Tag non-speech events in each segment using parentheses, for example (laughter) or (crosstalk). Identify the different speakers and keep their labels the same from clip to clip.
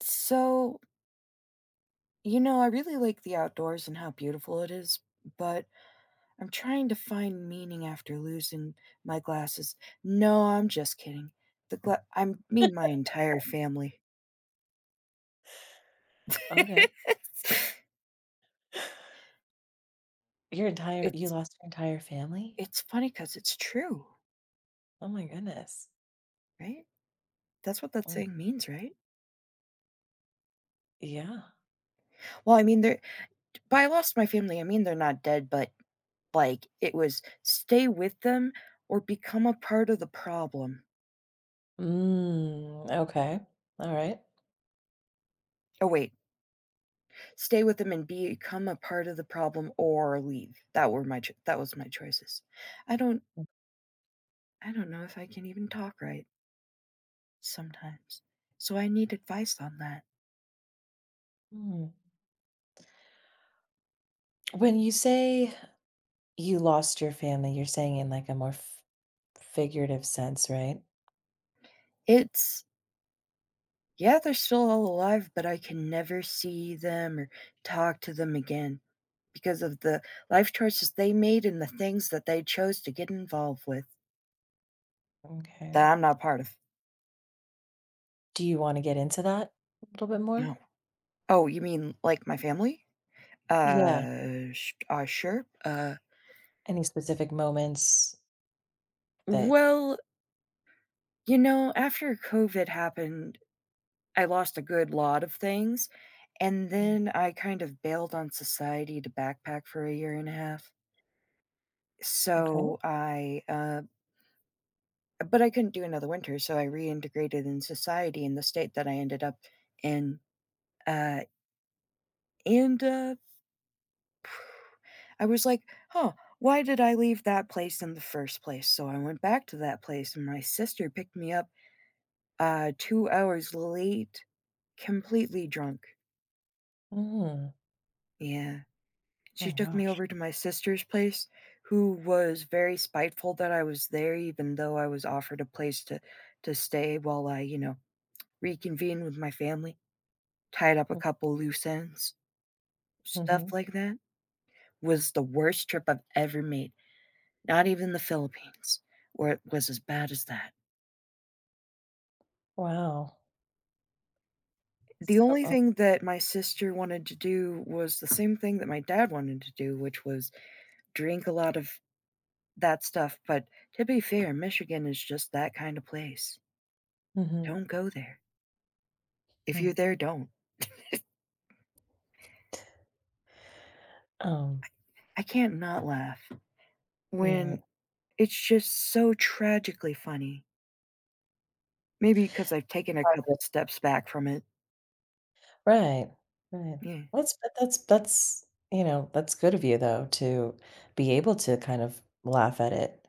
Speaker 1: So, you know, I really like the outdoors and how beautiful it is, but I'm trying to find meaning after losing my glasses. No, I'm just kidding. I mean my entire family.
Speaker 2: Okay.
Speaker 1: (laughs)
Speaker 2: Your entire you
Speaker 1: it's
Speaker 2: lost your entire family?
Speaker 1: it's funny cuz it's true,
Speaker 2: Oh my goodness.
Speaker 1: right? That's what that
Speaker 2: Oh my
Speaker 1: saying means, right?
Speaker 2: yeah.
Speaker 1: Well, I mean they're by I lost my family, I mean they're not dead, but like it was stay with them or become a part of the problem.
Speaker 2: Okay. All right.
Speaker 1: Oh wait, stay with them and become a part of the problem or leave. That was my choices. I don't I don't know if I can even talk right sometimes, so I need advice on that.
Speaker 2: Mm. When you say you lost your family, you're saying in like a more f figurative sense, right?
Speaker 1: It's Yeah, they're still all alive, but I can never see them or talk to them again because of the life choices they made and the things that they chose to get involved with
Speaker 2: Okay.
Speaker 1: that I'm not part of.
Speaker 2: Do you want to get into that a little bit
Speaker 1: No.
Speaker 2: more?
Speaker 1: Oh, you mean like my family?
Speaker 2: Yeah.
Speaker 1: Sh Sure.
Speaker 2: Any specific moments that
Speaker 1: Well, you know, after COVID happened, I lost a good lot of things, and
Speaker 2: Mm,
Speaker 1: then I kind of bailed on society to backpack for a year and a half. So
Speaker 2: okay.
Speaker 1: I, uh, but I couldn't do another winter, so I reintegrated in society in the state that I ended up in. Uh, and (sighs) I was like, huh, why did I leave that place in the first place? So I went back to that place, and my sister picked me up 2 hours late, completely drunk.
Speaker 2: Mm,
Speaker 1: Yeah.
Speaker 2: my
Speaker 1: She took me
Speaker 2: gosh.
Speaker 1: over to my sister's place, who was very spiteful that I was there, even though I was offered a place to stay while I, you know, reconvened with my family, tied up a couple loose ends, stuff
Speaker 2: Mhm.
Speaker 1: like that. Was the worst trip I've ever made. Not even the Philippines, where it was as bad as that.
Speaker 2: Wow.
Speaker 1: The
Speaker 2: So,
Speaker 1: only
Speaker 2: oh,
Speaker 1: thing that my sister wanted to do was the same thing that my dad wanted to do, which was drink a lot of that stuff, but to be fair, Michigan is just that kind of place.
Speaker 2: mhm,
Speaker 1: Don't go there. If
Speaker 2: mm,
Speaker 1: you're there, don't.
Speaker 2: um,
Speaker 1: I can't not laugh
Speaker 2: all right.
Speaker 1: when it's just so tragically funny. Maybe because I've taken a couple steps back from it.
Speaker 2: Right, right.
Speaker 1: Yeah.
Speaker 2: Well, it's but that's that's good of you, though, to be able to kind of laugh at it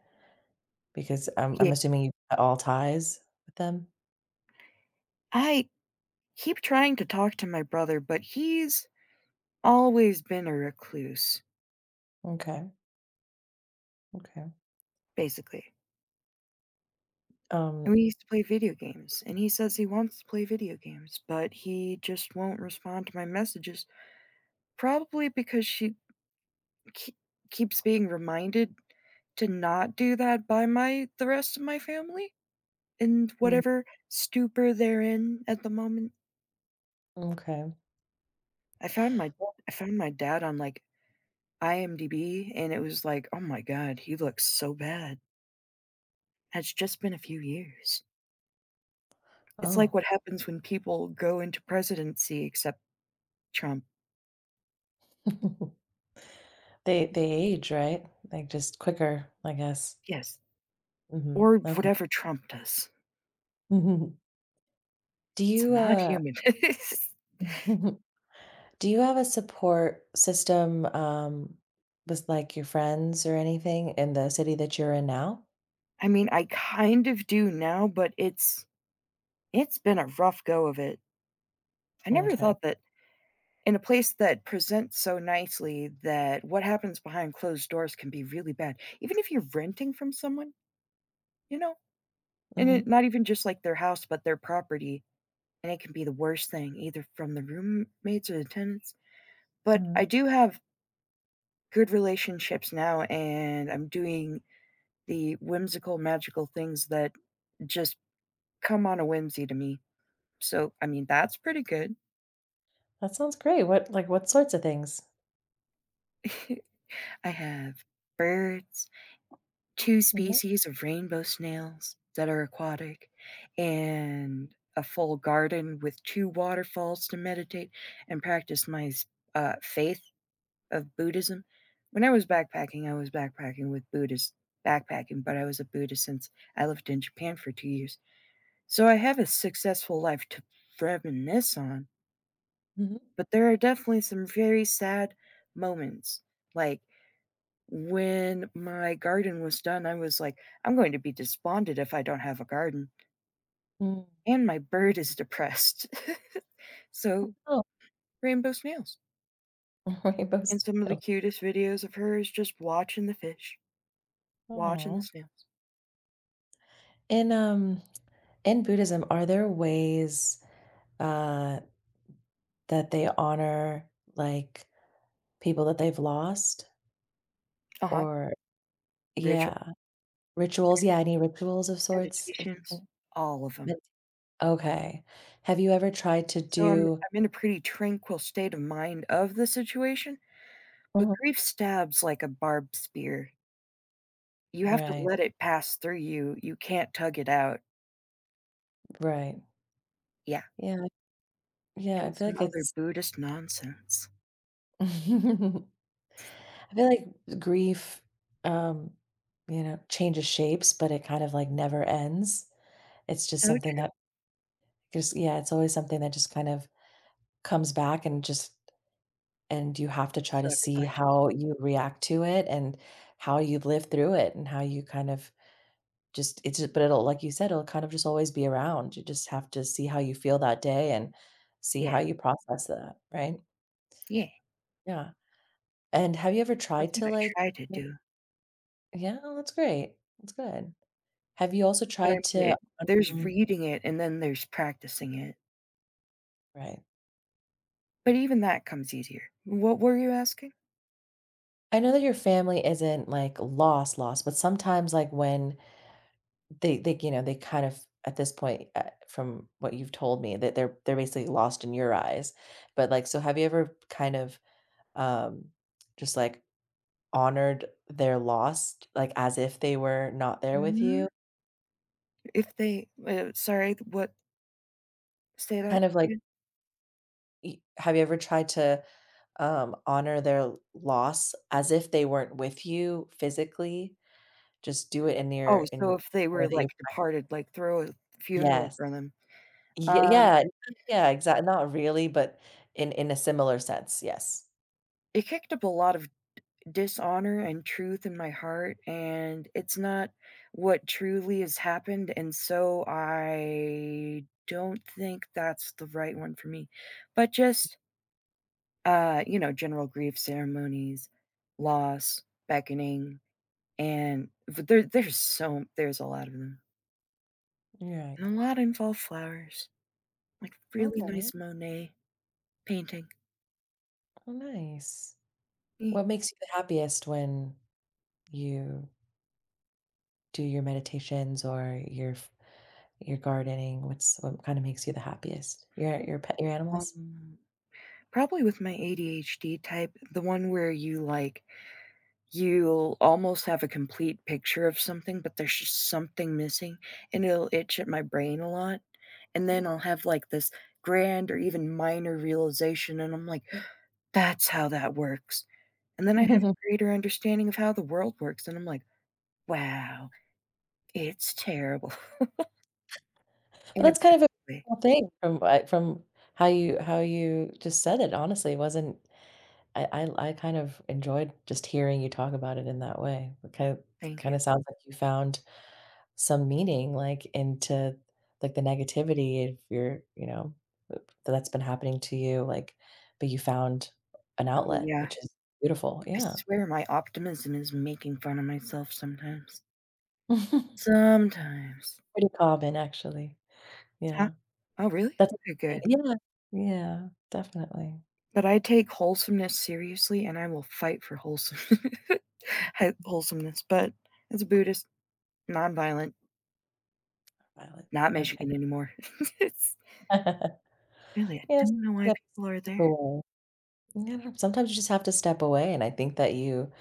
Speaker 2: because I'm
Speaker 1: Yeah.
Speaker 2: I'm assuming you cut all ties with them?
Speaker 1: I keep trying to talk to my brother, but he's always been a recluse,
Speaker 2: Okay, okay.
Speaker 1: basically. And
Speaker 2: Um,
Speaker 1: we used to play video games, and he says he wants to play video games, but he just won't respond to my messages, probably because she K keeps being reminded to not do that by my the rest of my family in
Speaker 2: mm,
Speaker 1: whatever stupor they're in at the moment.
Speaker 2: okay.
Speaker 1: I found my I found my dad on, like, IMDb, and it was like, "Oh my god, he looks so bad." It's just been a few years. It's like
Speaker 2: Oh.
Speaker 1: what happens when people go into presidency except Trump.
Speaker 2: (laughs) They age, right? Like, just quicker, I guess.
Speaker 1: Yes,
Speaker 2: Mhm,
Speaker 1: or
Speaker 2: okay. (laughs)
Speaker 1: whatever Trump does.
Speaker 2: Mhm. Do
Speaker 1: It's
Speaker 2: you,
Speaker 1: not
Speaker 2: uh
Speaker 1: human. (laughs)
Speaker 2: (laughs) do you have a support system, with, like, your friends or anything in the city that you're in now?
Speaker 1: I mean, I kind of do now, but it's been a rough go of it. I never
Speaker 2: Okay.
Speaker 1: thought that in a place that presents so nicely that what happens behind closed doors can be really bad, even if you're renting from someone, you know? And it
Speaker 2: Mhm,
Speaker 1: not even just like their house, but their property, and it can be the worst thing either from the roommates or the tenants. But I
Speaker 2: mhm.
Speaker 1: do have good relationships now, and I'm doing the whimsical, magical things that just come on a whimsy to me. So, I mean, that's pretty good.
Speaker 2: That sounds great. What sorts of things?
Speaker 1: (laughs) I have birds. 2
Speaker 2: Mhm,
Speaker 1: species of rainbow snails that are aquatic, and a full garden with 2 waterfalls to meditate and practice my s faith of Buddhism. When I was backpacking with Buddhist backpacking, but I was a Buddhist since I lived in Japan for 2 years. So I have a successful life to reminisce on,
Speaker 2: mhm,
Speaker 1: but there are definitely some very sad moments, like when my garden was done, I was like, "I'm going to be despondent if I don't have a garden,
Speaker 2: mm.
Speaker 1: and my bird is depressed." (laughs) So,
Speaker 2: Oh,
Speaker 1: rainbow snails,
Speaker 2: (laughs)
Speaker 1: and
Speaker 2: rainbows and
Speaker 1: some of the
Speaker 2: hills.
Speaker 1: cutest videos of her is just watching the fish, watching the
Speaker 2: Oh.
Speaker 1: snails.
Speaker 2: In, um, in Buddhism, are there ways, uh, that they honor, like, people that they've lost?
Speaker 1: Uh-huh,
Speaker 2: Or
Speaker 1: rituals,
Speaker 2: yeah, rituals? Yeah, any rituals of sorts or
Speaker 1: meditations,
Speaker 2: something?
Speaker 1: all of them.
Speaker 2: That okay. Have you ever tried to do
Speaker 1: I'm in a pretty tranquil state of mind of the situation, but
Speaker 2: Mhm.
Speaker 1: grief stabs like a barbed spear. You have to
Speaker 2: Right,
Speaker 1: let it pass through you, you can't tug it out.
Speaker 2: right.
Speaker 1: Yeah.
Speaker 2: Yeah, yeah, I
Speaker 1: And
Speaker 2: feel
Speaker 1: some
Speaker 2: like
Speaker 1: other
Speaker 2: it's
Speaker 1: Buddhist nonsense.
Speaker 2: (laughs) I feel like grief, um, you know, changes shapes, but it kind of like never ends. It's just
Speaker 1: So
Speaker 2: something
Speaker 1: true,
Speaker 2: that just, yeah, it's always something that just kind of comes back and just, and you have to try to
Speaker 1: sucker
Speaker 2: see
Speaker 1: punches.
Speaker 2: how you react to it and how you live through it and how you kind of just, it's just, but it'll, like you said, it'll kind of just always be around. You just have to see how you feel that day and see
Speaker 1: Yeah,
Speaker 2: how you process that. Right.
Speaker 1: yeah,
Speaker 2: Yeah. And have you ever
Speaker 1: that's
Speaker 2: tried
Speaker 1: what
Speaker 2: to
Speaker 1: I
Speaker 2: like,
Speaker 1: try to do,
Speaker 2: yeah, well, that's great. That's good. Have you also
Speaker 1: but I
Speaker 2: tried
Speaker 1: mean,
Speaker 2: to
Speaker 1: it there's
Speaker 2: unlearn
Speaker 1: reading it and then there's practicing it,
Speaker 2: Right.
Speaker 1: but even that comes easier. What were you asking?
Speaker 2: I know that your family isn't, like, lost, lost, but sometimes, like, when they, you know, they kind of at this point, from what you've told me, that they're basically lost in your eyes. But, like, so have you ever kind of, um, just, like, honored their loss, like, as if they were not there with
Speaker 1: Mm,
Speaker 2: you?
Speaker 1: if they sorry, what say that
Speaker 2: Kind of like
Speaker 1: again?
Speaker 2: y have you ever tried to, honor their loss as if they weren't with you physically? Just do it in your
Speaker 1: Oh, so
Speaker 2: in
Speaker 1: if they were,
Speaker 2: when you
Speaker 1: like, departed, like, throw a funeral
Speaker 2: Yes.
Speaker 1: for them.
Speaker 2: Y
Speaker 1: Um,
Speaker 2: yeah, yeah, exact not really, but in a similar sense, yes.
Speaker 1: it kicked up a lot of dishonor and truth in my heart, and it's not what truly has happened, and so I don't think that's the right one for me. But just, you know, general grief ceremonies, loss, beckoning, there's so there's a lot of them,
Speaker 2: You're right.
Speaker 1: and a lot involve flowers, like really
Speaker 2: Okay.
Speaker 1: nice Monet painting.
Speaker 2: Oh, nice.
Speaker 1: Eh.
Speaker 2: What makes you the happiest when you do your meditations or your f your gardening? What's what kinda makes you the happiest? Your pet your animals?
Speaker 1: Um, Probably with my ADHD type, the one where you like you'll almost have a complete picture of something, but there's just something missing, and it'll itch at my brain a lot, and then I'll have, like, this grand or even minor realization, and I'm like, "That's how that works." And then I have a
Speaker 2: (laughs)
Speaker 1: greater understanding of how the world works, and I'm like, "Wow, it's terrible." (laughs)
Speaker 2: But
Speaker 1: In a
Speaker 2: that's kind of a
Speaker 1: beautiful way.
Speaker 2: cool thing from how you just said it, honestly, it wasn't I kind of enjoyed just hearing you talk about it in that way. It
Speaker 1: Thank
Speaker 2: kind
Speaker 1: you.
Speaker 2: of sounds like you found some meaning, like, into, like, the negativity of your you know, that's been happening to you, like, but you found an
Speaker 1: Oh,
Speaker 2: outlet,
Speaker 1: yeah.
Speaker 2: which is beautiful,
Speaker 1: I
Speaker 2: yeah.
Speaker 1: swear my optimism is making fun of myself sometimes.
Speaker 2: (laughs)
Speaker 1: Sometimes.
Speaker 2: Pretty common, actually,
Speaker 1: Huh?
Speaker 2: yeah.
Speaker 1: Oh, really?
Speaker 2: That's
Speaker 1: Okay, good.
Speaker 2: yeah, yeah, definitely.
Speaker 1: But I take wholesomeness seriously, and I will fight for wholesome (laughs) ha wholesomeness, but as a Buddhist, nonviolent,
Speaker 2: Violet,
Speaker 1: not
Speaker 2: okay.
Speaker 1: Michigan anymore. (laughs) It's
Speaker 2: (laughs)
Speaker 1: really, I
Speaker 2: Yes,
Speaker 1: don't know why
Speaker 2: yes,
Speaker 1: people are
Speaker 2: step
Speaker 1: there.
Speaker 2: away. Yeah, sometimes you just have to step away, and I think that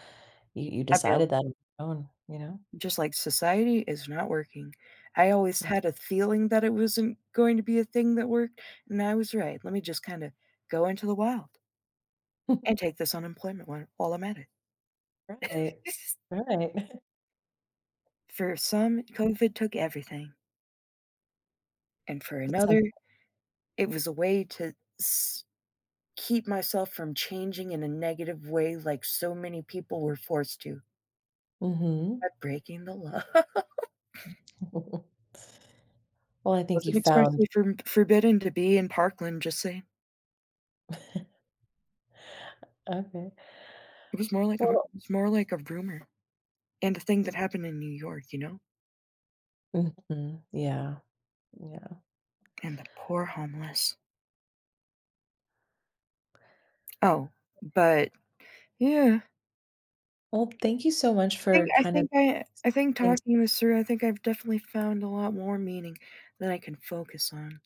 Speaker 2: you
Speaker 1: I bailed.
Speaker 2: decided that on your own, you know?
Speaker 1: Just like society is not working. I always had a feeling that it wasn't going to be a thing that worked, and I was right. Let me just kinda go into the wild and
Speaker 2: (laughs)
Speaker 1: take this unemployment one while I'm at it.
Speaker 2: Right.
Speaker 1: (laughs)
Speaker 2: Right. (laughs)
Speaker 1: For some, COVID took everything, and for
Speaker 2: But some
Speaker 1: another, it was a way to s keep myself from changing in a negative way like so many people were forced to
Speaker 2: Mhm.
Speaker 1: by breaking the law. (laughs)
Speaker 2: (laughs) Well, I think you
Speaker 1: Wasn't
Speaker 2: found
Speaker 1: expressly for forbidden to be in Parkland, just saying.
Speaker 2: okay.
Speaker 1: It
Speaker 2: Well
Speaker 1: was more like a rumor and a thing that happened in New York, you know?
Speaker 2: mhm, yeah, yeah.
Speaker 1: And the poor homeless. Oh, but yeah,
Speaker 2: Well, thank you so much
Speaker 1: I think
Speaker 2: for
Speaker 1: I
Speaker 2: kind of
Speaker 1: think I I think
Speaker 2: things.
Speaker 1: talking this through, I think I've definitely found a lot more meaning that I can focus on,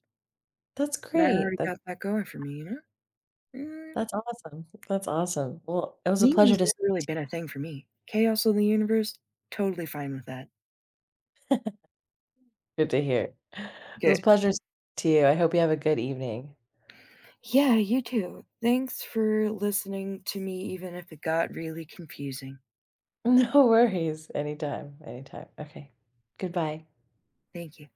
Speaker 2: That's
Speaker 1: and I
Speaker 2: great.
Speaker 1: already got that going for me, you know? Mm,
Speaker 2: That's awesome. That's awesome. Well, it was a pleasure
Speaker 1: meaning's
Speaker 2: to
Speaker 1: never really been a thing for me. Chaos of the universe, totally fine with that.
Speaker 2: good to hear. It was
Speaker 1: Good.
Speaker 2: a pleasure s to you. I hope you have a good evening.
Speaker 1: Yeah, you too. Thanks for listening to me, even if it got really confusing.
Speaker 2: (laughs) No worries. Anytime, anytime. Okay. Goodbye.
Speaker 1: Thank you.